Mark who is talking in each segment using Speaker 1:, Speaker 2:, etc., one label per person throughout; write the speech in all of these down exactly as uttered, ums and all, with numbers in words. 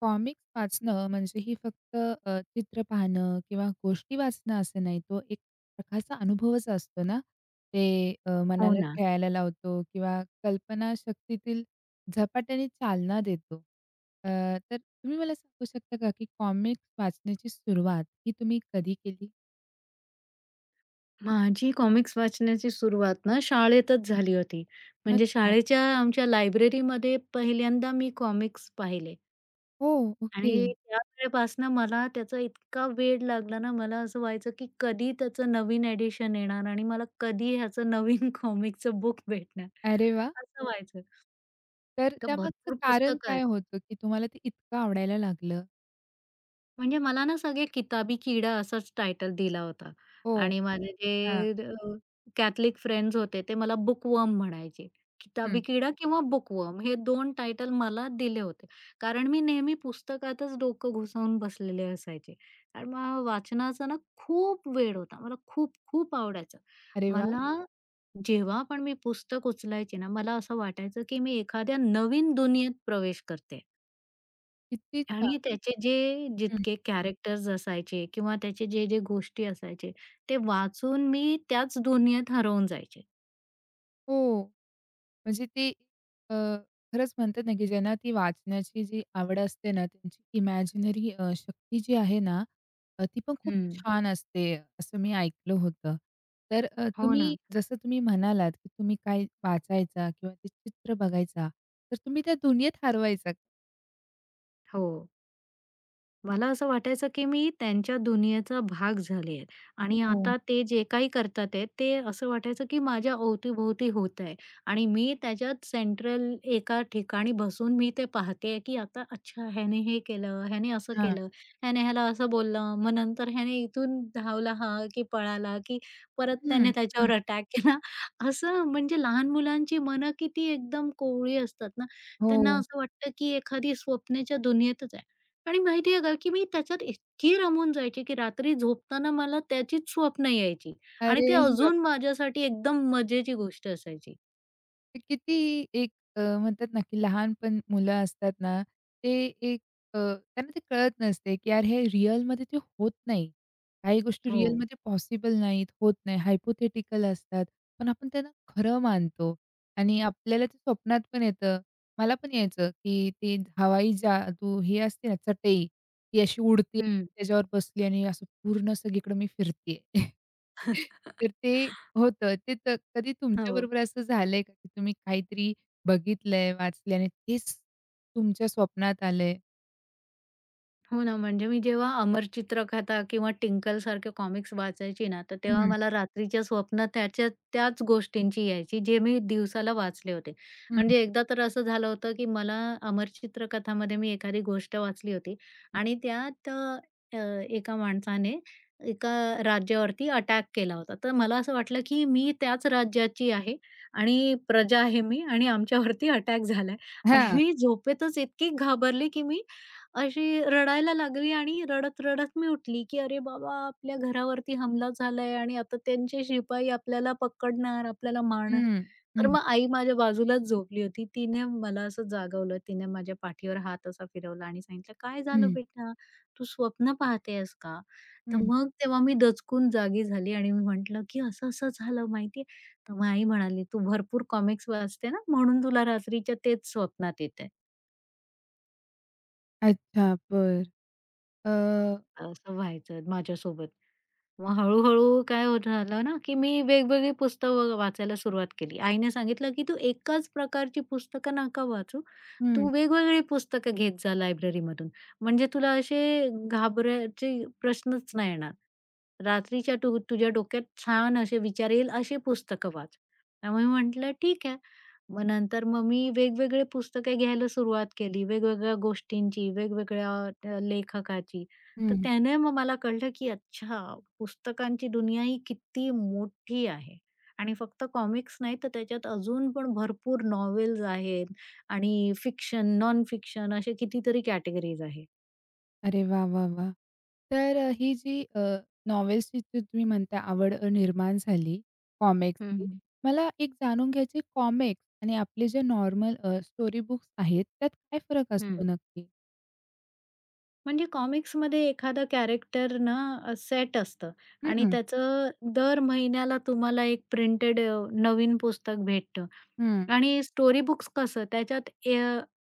Speaker 1: Comics वाचणं म्हणजे ही फक्त अ, चित्र पाहणं किंवा गोष्टी वाचणं असं नाही. तो एक प्रकारचा अनुभवच असतो ना. ते अ,
Speaker 2: हो
Speaker 1: मनाला
Speaker 2: ना.
Speaker 1: खेळायला लावतो किंवा कल्पनाशक्तीतील झपाट्याने चालना देतो. अ, तर तुम्ही मला सांगू शकता का, की कॉमिक्स वाचण्याची सुरुवात ही तुम्ही कधी केली?
Speaker 2: माझी कॉमिक्स वाचण्याची सुरुवात ना शाळेतच झाली होती. म्हणजे
Speaker 1: अच्छा.
Speaker 2: शाळेच्या आमच्या लायब्ररीमध्ये पहिल्यांदा मी कॉमिक्स पाहिले
Speaker 1: हो, ओके.
Speaker 2: आणि त्या वेळेपासनं मला त्याचा इतका वेड लागला ना, मला असं व्हायचं की कधी त्याचं नवीन एडिशन येणार आणि मला कधी ह्याचं नवीन कॉमिकचं बुक भेटणार,
Speaker 1: अरे वाह!
Speaker 2: असं व्हायचं.
Speaker 1: तर
Speaker 2: तर
Speaker 1: त्यामागचं
Speaker 2: भरपूर
Speaker 1: कारण
Speaker 2: पुस्तकं
Speaker 1: काय
Speaker 2: आहेत.
Speaker 1: होतं, की तुम्हाला ते इतकं आवडायला लागलं?
Speaker 2: म्हणजे मला ना सगळे किताबी किडा असाच टायटल दिला होता
Speaker 1: हो.
Speaker 2: आणि माझे
Speaker 1: हां.
Speaker 2: जे अ, कॅथलिक फ्रेंड्स होते ते मला बुकवर्म म्हणायचे.
Speaker 1: हं.
Speaker 2: किताबी किडा किंवा बुकवर्म हे दोन टायटल मला दिले होते. कारण मी नेहमी पुस्तकातच डोकं घुसवून बसलेले असायचे. कारण मला वाचनाचा ना खूप वेड होता. मला खूप-खूप आवडायचं.
Speaker 1: अरे वाह!
Speaker 2: मला जेव्हा पण मी पुस्तक उचलायचे ना, मला असं वाटायचं की मी एखाद्या नवीन दुनियेत प्रवेश करते.
Speaker 1: किती छान.
Speaker 2: आणि त्याचे जे जितके कॅरेक्टर्स असायचे किंवा त्याचे जे जे गोष्टी असायचे, ते वाचून मी त्याच दुनियेत हरवून जायचे.
Speaker 1: हो. म्हणजे ते अ, खरंच म्हणतात ना, की ज्यांना ती वाचण्याची जी आवड असते ना, त्यांची इमॅजिनरी अ, शक्ती जी आहे ना, अ, ती पण खूप
Speaker 2: हं.
Speaker 1: छान असते, असं मी ऐकलं होतं. तर अ,
Speaker 2: हो ना.
Speaker 1: तुम्ही जसं तुम्ही म्हणालात, की तुम्ही काय वाचायचा किंवा ते चित्र बघायचा, तर तुम्ही त्या दुनियेत हरवायचा.
Speaker 2: हो. मला असं वाटायचं, की मी त्यांच्या दुनियेचा भाग झाले आहे आणि
Speaker 1: हो.
Speaker 2: आता ते जे काही करतात आहे, ते असं वाटायचं, की माझ्या अवतीभोवती होत आहे आणि मी त्याच्यात सेंट्रल एका ठिकाणी बसून मी ते पाहते की आता अच्छा ह्याने हे केलं, ह्याने असं
Speaker 1: हां.
Speaker 2: केलं, ह्याने ह्याला असं बोललं, मग नंतर ह्याने इथून धावला हा, की पळाला, की परत त्याने
Speaker 1: हं, हं.
Speaker 2: त्याच्यावर अटॅक केला. असं म्हणजे लहान मुलांची मनं किती एकदम कोवळी असतात ना, त्यांना
Speaker 1: हो.
Speaker 2: असं वाटतं, की एखादी स्वप्नाच्या दुनियेतच आहे. आणि माहितीये का, की मी त्याच्यात इतकी रमून जायची, की रात्री झोपताना मला त्याचीच स्वप्न यायची आणि
Speaker 1: अरे
Speaker 2: ते अजून
Speaker 1: बापरे!
Speaker 2: माझ्यासाठी एकदम मजेची गोष्ट असायची.
Speaker 1: ते कितीही एक अ, म्हणतात ना, की लहान पण मुलं असतात ना, ते एक अ, त्यांना ते कळत नसते, की यार हे रिअलमध्ये ते होत नाही. काही गोष्टी
Speaker 2: हो.
Speaker 1: रिअलमध्ये पॉसिबल नाहीत, होत नाही, हायपोथेटिकल असतात. पण आपण त्यांना खरं मानतो आणि आपल्याला ते स्वप्नात पण येतं. मला पण यायचं, की ती हवाई जादू ही असते ना, चटई, ती अशी उडते,
Speaker 2: हं.
Speaker 1: त्याच्यावर बसली आणि असं पूर्ण सगळीकडे मी फिरतीये. तर ते होतं. ते तर कधी
Speaker 2: हो.
Speaker 1: तुमच्याबरोबर असं झालंय का, की तुम्ही काहीतरी बघितलंय, वाचलंय आणि तेच तुमच्या स्वप्नात आलंय?
Speaker 2: हो ना, म्हणजे मी जेव्हा अमर चित्रकथा किंवा टिंकल सारखे कॉमिक्स वाचायची ना, तर तेव्हा
Speaker 1: हं,
Speaker 2: मला रात्रीच्या स्वप्न त्याच्या त्याच गोष्टींची यायची, जे मी दिवसाला वाचले होते.
Speaker 1: हं,
Speaker 2: म्हणजे एकदा तर असं झालं होतं, की मला अमर चित्रकथामध्ये मी एखादी गोष्ट वाचली होती
Speaker 1: हं.
Speaker 2: आणि त्यात अ, अ, एका माणसाने एका राज्यावरती अटॅक केला होता. तर मला असं वाटलं, की मी त्याच राज्याची आहे आणि प्रजा आहे मी आणि आमच्यावरती अटॅक झालाय आणि
Speaker 1: हां.
Speaker 2: मी झोपेतच इतकी घाबरली, की मी अशी रडायला लागली आणि रडत-रडत मी उठली, की "अरे बाबा, आपल्या घरावरती हमला झालाय आणि आता त्यांचे शिपाई आपल्याला पकडणार, आपल्याला मारणार."
Speaker 1: हं,
Speaker 2: तर
Speaker 1: हं.
Speaker 2: मग आई माझ्या बाजूलाच झोपली होती. तिने मला असं जागवलं. तिने माझ्या पाठीवर हात असा फिरवला आणि सांगितलं, "काय झालं
Speaker 1: हं,
Speaker 2: बेटा? तू स्वप्न पाहते का?" तर
Speaker 1: हं.
Speaker 2: मग तेव्हा मी दचकून जागी झाली आणि मी म्हटलं, की "असं-असं झालं माहिती तर मग आई म्हणाली, "तू भरपूर कॉमिक्स वाचते ना, म्हणून तुला रात्रीच्या तेच स्वप्नात येतंय."
Speaker 1: अच्छा, बरं. अ,
Speaker 2: असं व्हायचं माझ्यासोबत. मग हळू काय होत झालं ना, की मी वेगवेगळी पुस्तकं वाचायला सुरुवात केली. आईने सांगितलं, की "तू एकाच प्रकारची पुस्तकं नका वाचू.
Speaker 1: हं,
Speaker 2: तू वेगवेगळी पुस्तकं घेत जा लायब्ररीमधून. म्हणजे तुला असे घाबरायचे प्रश्नच नाही येणार. रात्रीच्या तू तुझ्या डोक्यात छान असे विचार येईल अशी पुस्तकं वाच." त्यामुळे म्हटलं, "ठीक आहे." मग नंतर मग मी वेगवेगळे पुस्तके घ्यायला सुरुवात केली. वेगवेगळ्या गोष्टींची, वेगवेगळ्या अ, लेखकाची. तर
Speaker 1: हं.
Speaker 2: त्याने मग मला कळलं, की अच्छा पुस्तकांची दुनिया ही किती मोठी आहे आणि फक्त कॉमिक्स नाही तर त्याच्यात अजून पण भरपूर नॉवेल्स आहेत आणि फिक्शन, नॉन फिक्शन असे कितीतरी कॅटेगरीज आहे.
Speaker 1: अरे वाह, वाह, वाह! तर अ, ही जी अ, नॉवेल्सची जी तुम्ही म्हणता आवड अ, निर्माण झाली
Speaker 2: हं,
Speaker 1: कॉमिक्सची.
Speaker 2: हं.
Speaker 1: मला एक जाणून घ्यायची आहे कॉमिक्स आणि आपले जे नॉर्मल अ, स्टोरी बुक्स आहेत त्यात काय फरक
Speaker 2: हं.
Speaker 1: असतो नक्की?
Speaker 2: म्हणजे कॉमिक्समध्ये एखादं कॅरेक्टर ना सेट असतं आणि
Speaker 1: हं,
Speaker 2: त्याचं दर महिन्याला तुम्हाला एक प्रिंटेड नवीन पुस्तक भेटतं
Speaker 1: हं.
Speaker 2: आणि स्टोरी बुक्स कसं त्याच्यात ए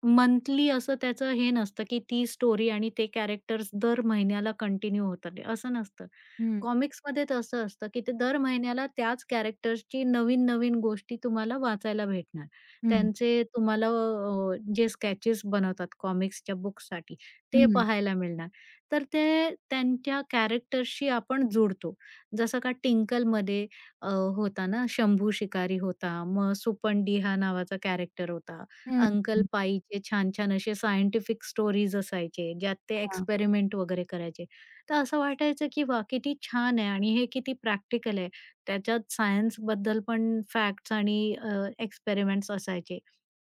Speaker 2: मंथली असं त्याचं हे नसतं, की ती स्टोरी आणि ते कॅरेक्टर्स दर महिन्याला कंटिन्यू होतात, असं नसतं.
Speaker 1: हं,
Speaker 2: कॉमिक्समध्ये तसं असतं, की ते दर महिन्याला त्याच कॅरेक्टर्सची नवीन-नवीन गोष्टी तुम्हाला वाचायला भेटणार.
Speaker 1: हं,
Speaker 2: त्यांचे तुम्हाला अ, जे स्केचेस बनवतात कॉमिक्सच्या बुक्ससाठी ते
Speaker 1: हं,
Speaker 2: पाहायला मिळणार. तर ते त्यांच्या कॅरेक्टर्सशी आपण जुडतो. जसं का टिंकलमध्ये अ, होता ना शंभू शिकारी होता, मग सुपंडी हा नावाचा कॅरेक्टर होता.
Speaker 1: हं,
Speaker 2: अंकल पाईचे छान-छान असे सायंटिफिक स्टोरीज असायचे, ज्यात ते
Speaker 1: हां,
Speaker 2: एक्सपेरिमेंट वगैरे करायचे. तर असं वाटायचं की वाह! किती छान आहे आणि हे किती प्रॅक्टिकल आहे. त्याच्यात सायन्सबद्दल पण फॅक्ट्स आणि अ, एक्सपेरिमेंट्स असायचे.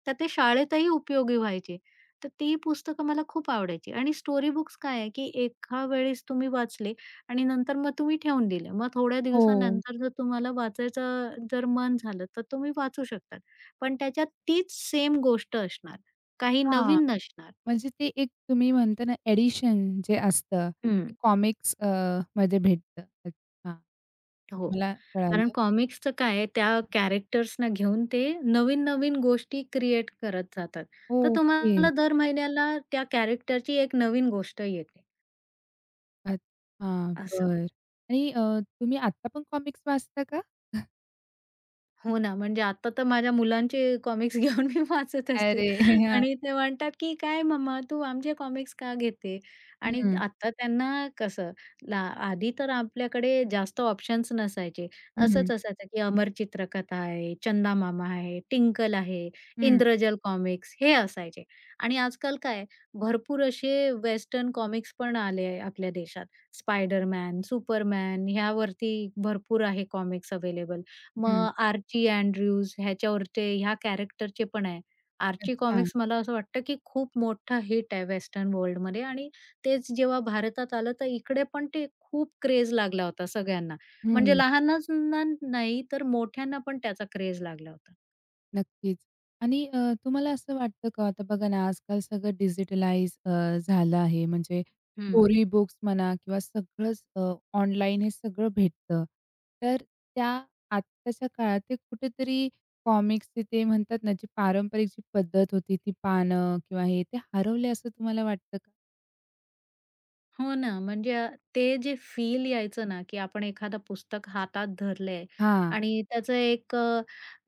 Speaker 2: तर ते शाळेतही उपयोगी व्हायचे. तर ती पुस्तकं मला खूप आवडायची आणि स्टोरी बुक्स काय आहे की एका वेळेस तुम्ही वाचले आणि नंतर मग तुम्ही ठेवून दिले. मग थोड्या
Speaker 1: हो,
Speaker 2: दिवसानंतर जर तुम्हाला वाचायचं जर मन झालं, तर तुम्ही वाचू शकतात. पण त्याच्यात तीच सेम गोष्ट असणार. काही
Speaker 1: हां,
Speaker 2: नवीन नसणार.
Speaker 1: म्हणजे ते एक तुम्ही म्हणता ना एडिशन जे असतं, ते कॉमिक्स अ, मध्ये भेटतं. अच्छा, ते
Speaker 2: हो.
Speaker 1: मला
Speaker 2: कारण
Speaker 1: कळालं.
Speaker 2: कॉमिक्सचं काय आहे, त्या कॅरेक्टर्सना घेऊन ते नवीन-नवीन गोष्टी क्रिएट करत जातात. तर
Speaker 1: ओके.
Speaker 2: तुम्हाला दर महिन्याला त्या कॅरेक्टरची एक नवीन गोष्ट येते,
Speaker 1: अच्छा,
Speaker 2: असं.
Speaker 1: बरं आणि अ, तुम्ही आत्ता पण कॉमिक्स वाचता का?
Speaker 2: हो ना, म्हणजे आता तर माझ्या मुलांचे कॉमिक्स घेऊन मी वाचत असते
Speaker 1: अरे! हां,
Speaker 2: आणि ते म्हणतात, की "काय मम्मा तू आमचे कॉमिक्स का घेते?" आणि
Speaker 1: हं,
Speaker 2: आता त्यांना कसं ला आधी तर आपल्याकडे जास्त ऑप्शन्स नसायचे.
Speaker 1: हं,
Speaker 2: असंच असायचं, की अमर चित्रकथा आहे, चंदा मामा आहे, टिंकल आहे,
Speaker 1: हं,
Speaker 2: इंद्रजल कॉमिक्स हे असायचे. आणि आजकाल काय भरपूर असे वेस्टर्न कॉमिक्स पण आले आहे आपल्या देशात. स्पायडरमॅन, सुपरमॅन ह्यावरती भरपूर आहे कॉमिक्स अवेलेबल.
Speaker 1: हं,
Speaker 2: मग आर्ची अँड्र्यूज ह्याच्यावरचे ह्या कॅरेक्टरचे पण आहे. आर्ची
Speaker 1: अच्छा,
Speaker 2: कॉमिक्स मला असं वाटतं, की खूप मोठा हिट आहे वेस्टर्न वर्ल्डमध्ये आणि तेच जेव्हा भारतात आलं, तर इकडे पण ते खूप क्रेज लागला होता सगळ्यांना. म्हणजे
Speaker 1: हं.
Speaker 2: लहानांना नाही, तर मोठ्यांना पण त्याचा क्रेज लागला होता.
Speaker 1: नक्कीच. आणि अ, तुम्हाला असं वाटतं का, आता बघा ना, आजकाल सगळं डिजिटलाइज अ, झालं आहे. म्हणजे
Speaker 2: हं.
Speaker 1: स्टोरी बुक्स म्हणा किंवा सगळंच अ, ऑनलाईन हे सगळं भेटतं. तर त्या आत्ताच्या काळात ते कुठेतरी कॉमिक्सचे ते म्हणतात ना, जी पारंपरिक जी पद्धत होती, ती पानं किंवा हे, ते हरवले असं तुम्हाला वाटतं का?
Speaker 2: हो ना, म्हणजे अ, ते जे फील यायचं ना, की आपण एखादं पुस्तक हातात धरलंय
Speaker 1: हां.
Speaker 2: आणि त्याचं एक अ,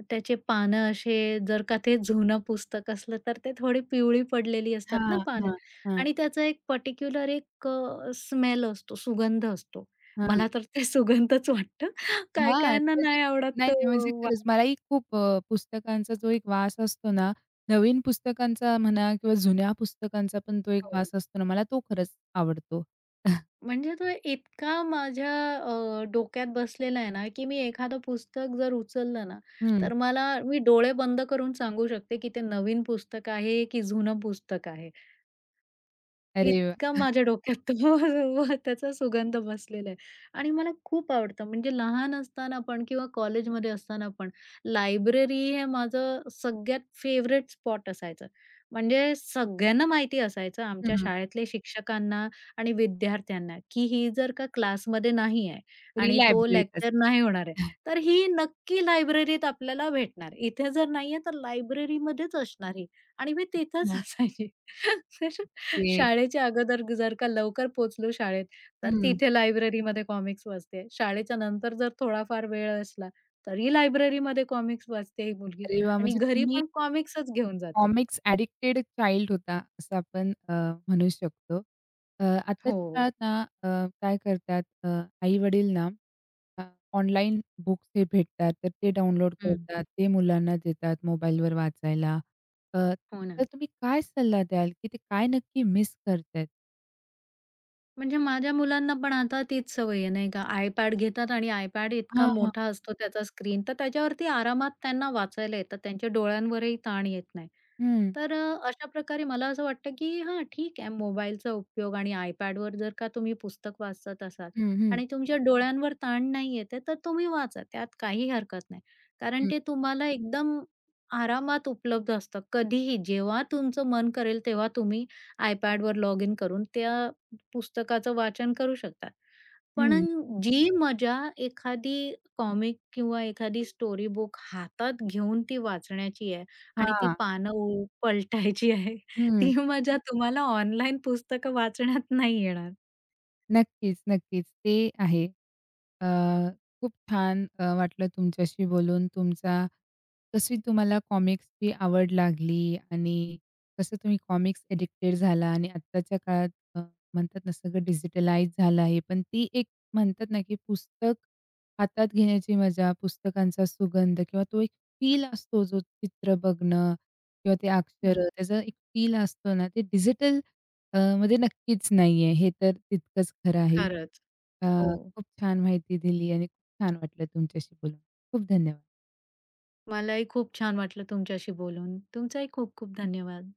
Speaker 2: त्याचे पानं असे जर का ते जुनं पुस्तक असलं, तर ते थोडी पिवळी पडलेली असतात ना
Speaker 1: हां,
Speaker 2: पानं
Speaker 1: हां, हां,
Speaker 2: आणि त्याचा एक पर्टिक्युलर एक स्मेल असतो, सुगंध असतो. मला तर ते सुगंधच वाटतं. काही
Speaker 1: हां,
Speaker 2: काहींना
Speaker 1: म्हणजे
Speaker 2: नाही आवडत
Speaker 1: नाही,
Speaker 2: तो
Speaker 1: नाही म्हणजे खरंच
Speaker 2: वास.
Speaker 1: मलाही खूप अ, पुस्तकांचा जो एक वास असतो ना, नवीन पुस्तकांचा म्हणा किंवा जुन्या पुस्तकांचा पण तो एक
Speaker 2: हो.
Speaker 1: वास असतो ना, मला तो खरंच आवडतो. हं.
Speaker 2: म्हणजे तो इतका माझ्या अ, डोक्यात बसलेला आहे ना, की मी एखादं पुस्तक जर उचललं ना, तर मला मी डोळे बंद करून सांगू शकते, की ते नवीन पुस्तक आहे, की जुनं पुस्तक आहे.
Speaker 1: अरे वाह!
Speaker 2: इतका माझ्या डोक्यात तो व त्याचा सुगंध बसलेला आहे आणि मला खूप आवडतं. म्हणजे लहान असताना पण किंवा कॉलेजमध्ये असताना पण लायब्ररी हे माझं सगळ्यात फेव्हरेट स्पॉट असायचं. म्हणजे सगळ्यांना माहिती असायचं आमच्या
Speaker 1: हं.
Speaker 2: शाळेतले शिक्षकांना आणि विद्यार्थ्यांना, की ही जर का क्लासमध्ये नाही आहे
Speaker 1: फ्री
Speaker 2: आणि तो
Speaker 1: लायब्ररीत
Speaker 2: लेक्चर
Speaker 1: असते.
Speaker 2: नाही होणार आहे, तर ही नक्की लायब्ररीत आपल्याला भेटणार. इथे जर नाहीये तर लायब्ररीमध्येच असणार ही आणि मी तिथेच
Speaker 1: हां.
Speaker 2: असायची.
Speaker 1: ते
Speaker 2: शाळेच्या अगोदर जर का लवकर पोहोचलो शाळेत, तर
Speaker 1: हं.
Speaker 2: तिथे लायब्ररीमध्ये कॉमिक्स वाचते. शाळेच्या नंतर जर थोडाफार वेळ असला, तरी लायब्ररीमध्ये कॉमिक्स वाचते ही मुलगी
Speaker 1: अरे वाह!
Speaker 2: आणि
Speaker 1: म्हणजे
Speaker 2: घरी
Speaker 1: तुम्ही
Speaker 2: पण कॉमिक्सच घेऊन जाते.
Speaker 1: कॉमिक्स ॲडिक्टेड चाइल्ड होता, असं आपण अ, म्हणू शकतो. अ, आत्ताच्या
Speaker 2: हो.
Speaker 1: काळात ना अ, काय करतात अ, आई-वडील ना अ, ऑनलाईन बुक्स हे भेटतात, तर ते डाउनलोड
Speaker 2: हं.
Speaker 1: करतात, ते मुलांना देतात मोबाईलवर वाचायला. अ,
Speaker 2: हो
Speaker 1: तर
Speaker 2: ना.
Speaker 1: तुम्ही काय सल्ला द्याल, की ते काय नक्की मिस करतायत?
Speaker 2: म्हणजे माझ्या मुलांना पण आता तीच सवय आहे, नाही का? iPad घेतात आणि iPad इतका
Speaker 1: हां.
Speaker 2: मोठा असतो त्याचा स्क्रीन, तर त्याच्यावरती आरामात त्यांना वाचायला येतं. त्यांच्या डोळ्यांवरही ताण येत नाही.
Speaker 1: हं.
Speaker 2: तर अ, अशा प्रकारे मला असं वाटतं, की हां, ठीक आहे मोबाईलचा उपयोग आणि iPadवर जर का तुम्ही पुस्तक वाचत असाल
Speaker 1: हं, हं,
Speaker 2: आणि तुमच्या डोळ्यांवर ताण नाही येत तर तुम्ही वाचा. त्यात काही हरकत नाही. कारण
Speaker 1: हं,
Speaker 2: ते तुम्हाला एकदम आरामात उपलब्ध असतं. कधीही, जेव्हा तुमचं मन करेल तेव्हा तुम्ही iPadवर लॉगिन करून त्या पुस्तकाचं वाचन करू शकतात. पण
Speaker 1: हं.
Speaker 2: जी मजा एखादी कॉमिक किंवा एखादी स्टोरी बुक हातात घेऊन ती वाचण्याची आहे आणि ती
Speaker 1: हां.
Speaker 2: पानं उ पलटायची आहे,
Speaker 1: हं.
Speaker 2: ती मजा तुम्हाला ऑनलाईन पुस्तकं वाचण्यात नाही येणार.
Speaker 1: नक्कीच, नक्कीच. ते आहे. अ, खूप छान अ, वाटलं तुमच्याशी बोलून. तुमचा कशी तुम्हाला कॉमिक्सची आवड लागली आणि कसं तुम्ही कॉमिक्स एडिक्टेड झाला आणि आत्ताच्या काळात अ, म्हणतात ना, सगळं डिजिटलाइज झालं आहे. पण ती एक म्हणतात ना, की पुस्तक हातात घेण्याची मजा, पुस्तकांचा सुगंध किंवा तो एक फील असतो, जो चित्र बघणं किंवा ते
Speaker 2: हं.
Speaker 1: अक्षरं, त्याचा एक फील असतो ना, ते डिजिटल अ, म्हणजे नक्कीच नाहीये. हे तर तितकंच खरं आहे.
Speaker 2: खरंच.
Speaker 1: अ,
Speaker 2: हो.
Speaker 1: खूप छान माहिती दिली आणि खूप छान वाटलं तुमच्याशी बोलून. खूप धन्यवाद.
Speaker 2: मलाही खूप छान वाटलं तुमच्याशी बोलून. तुमचाही खूप खूप धन्यवाद.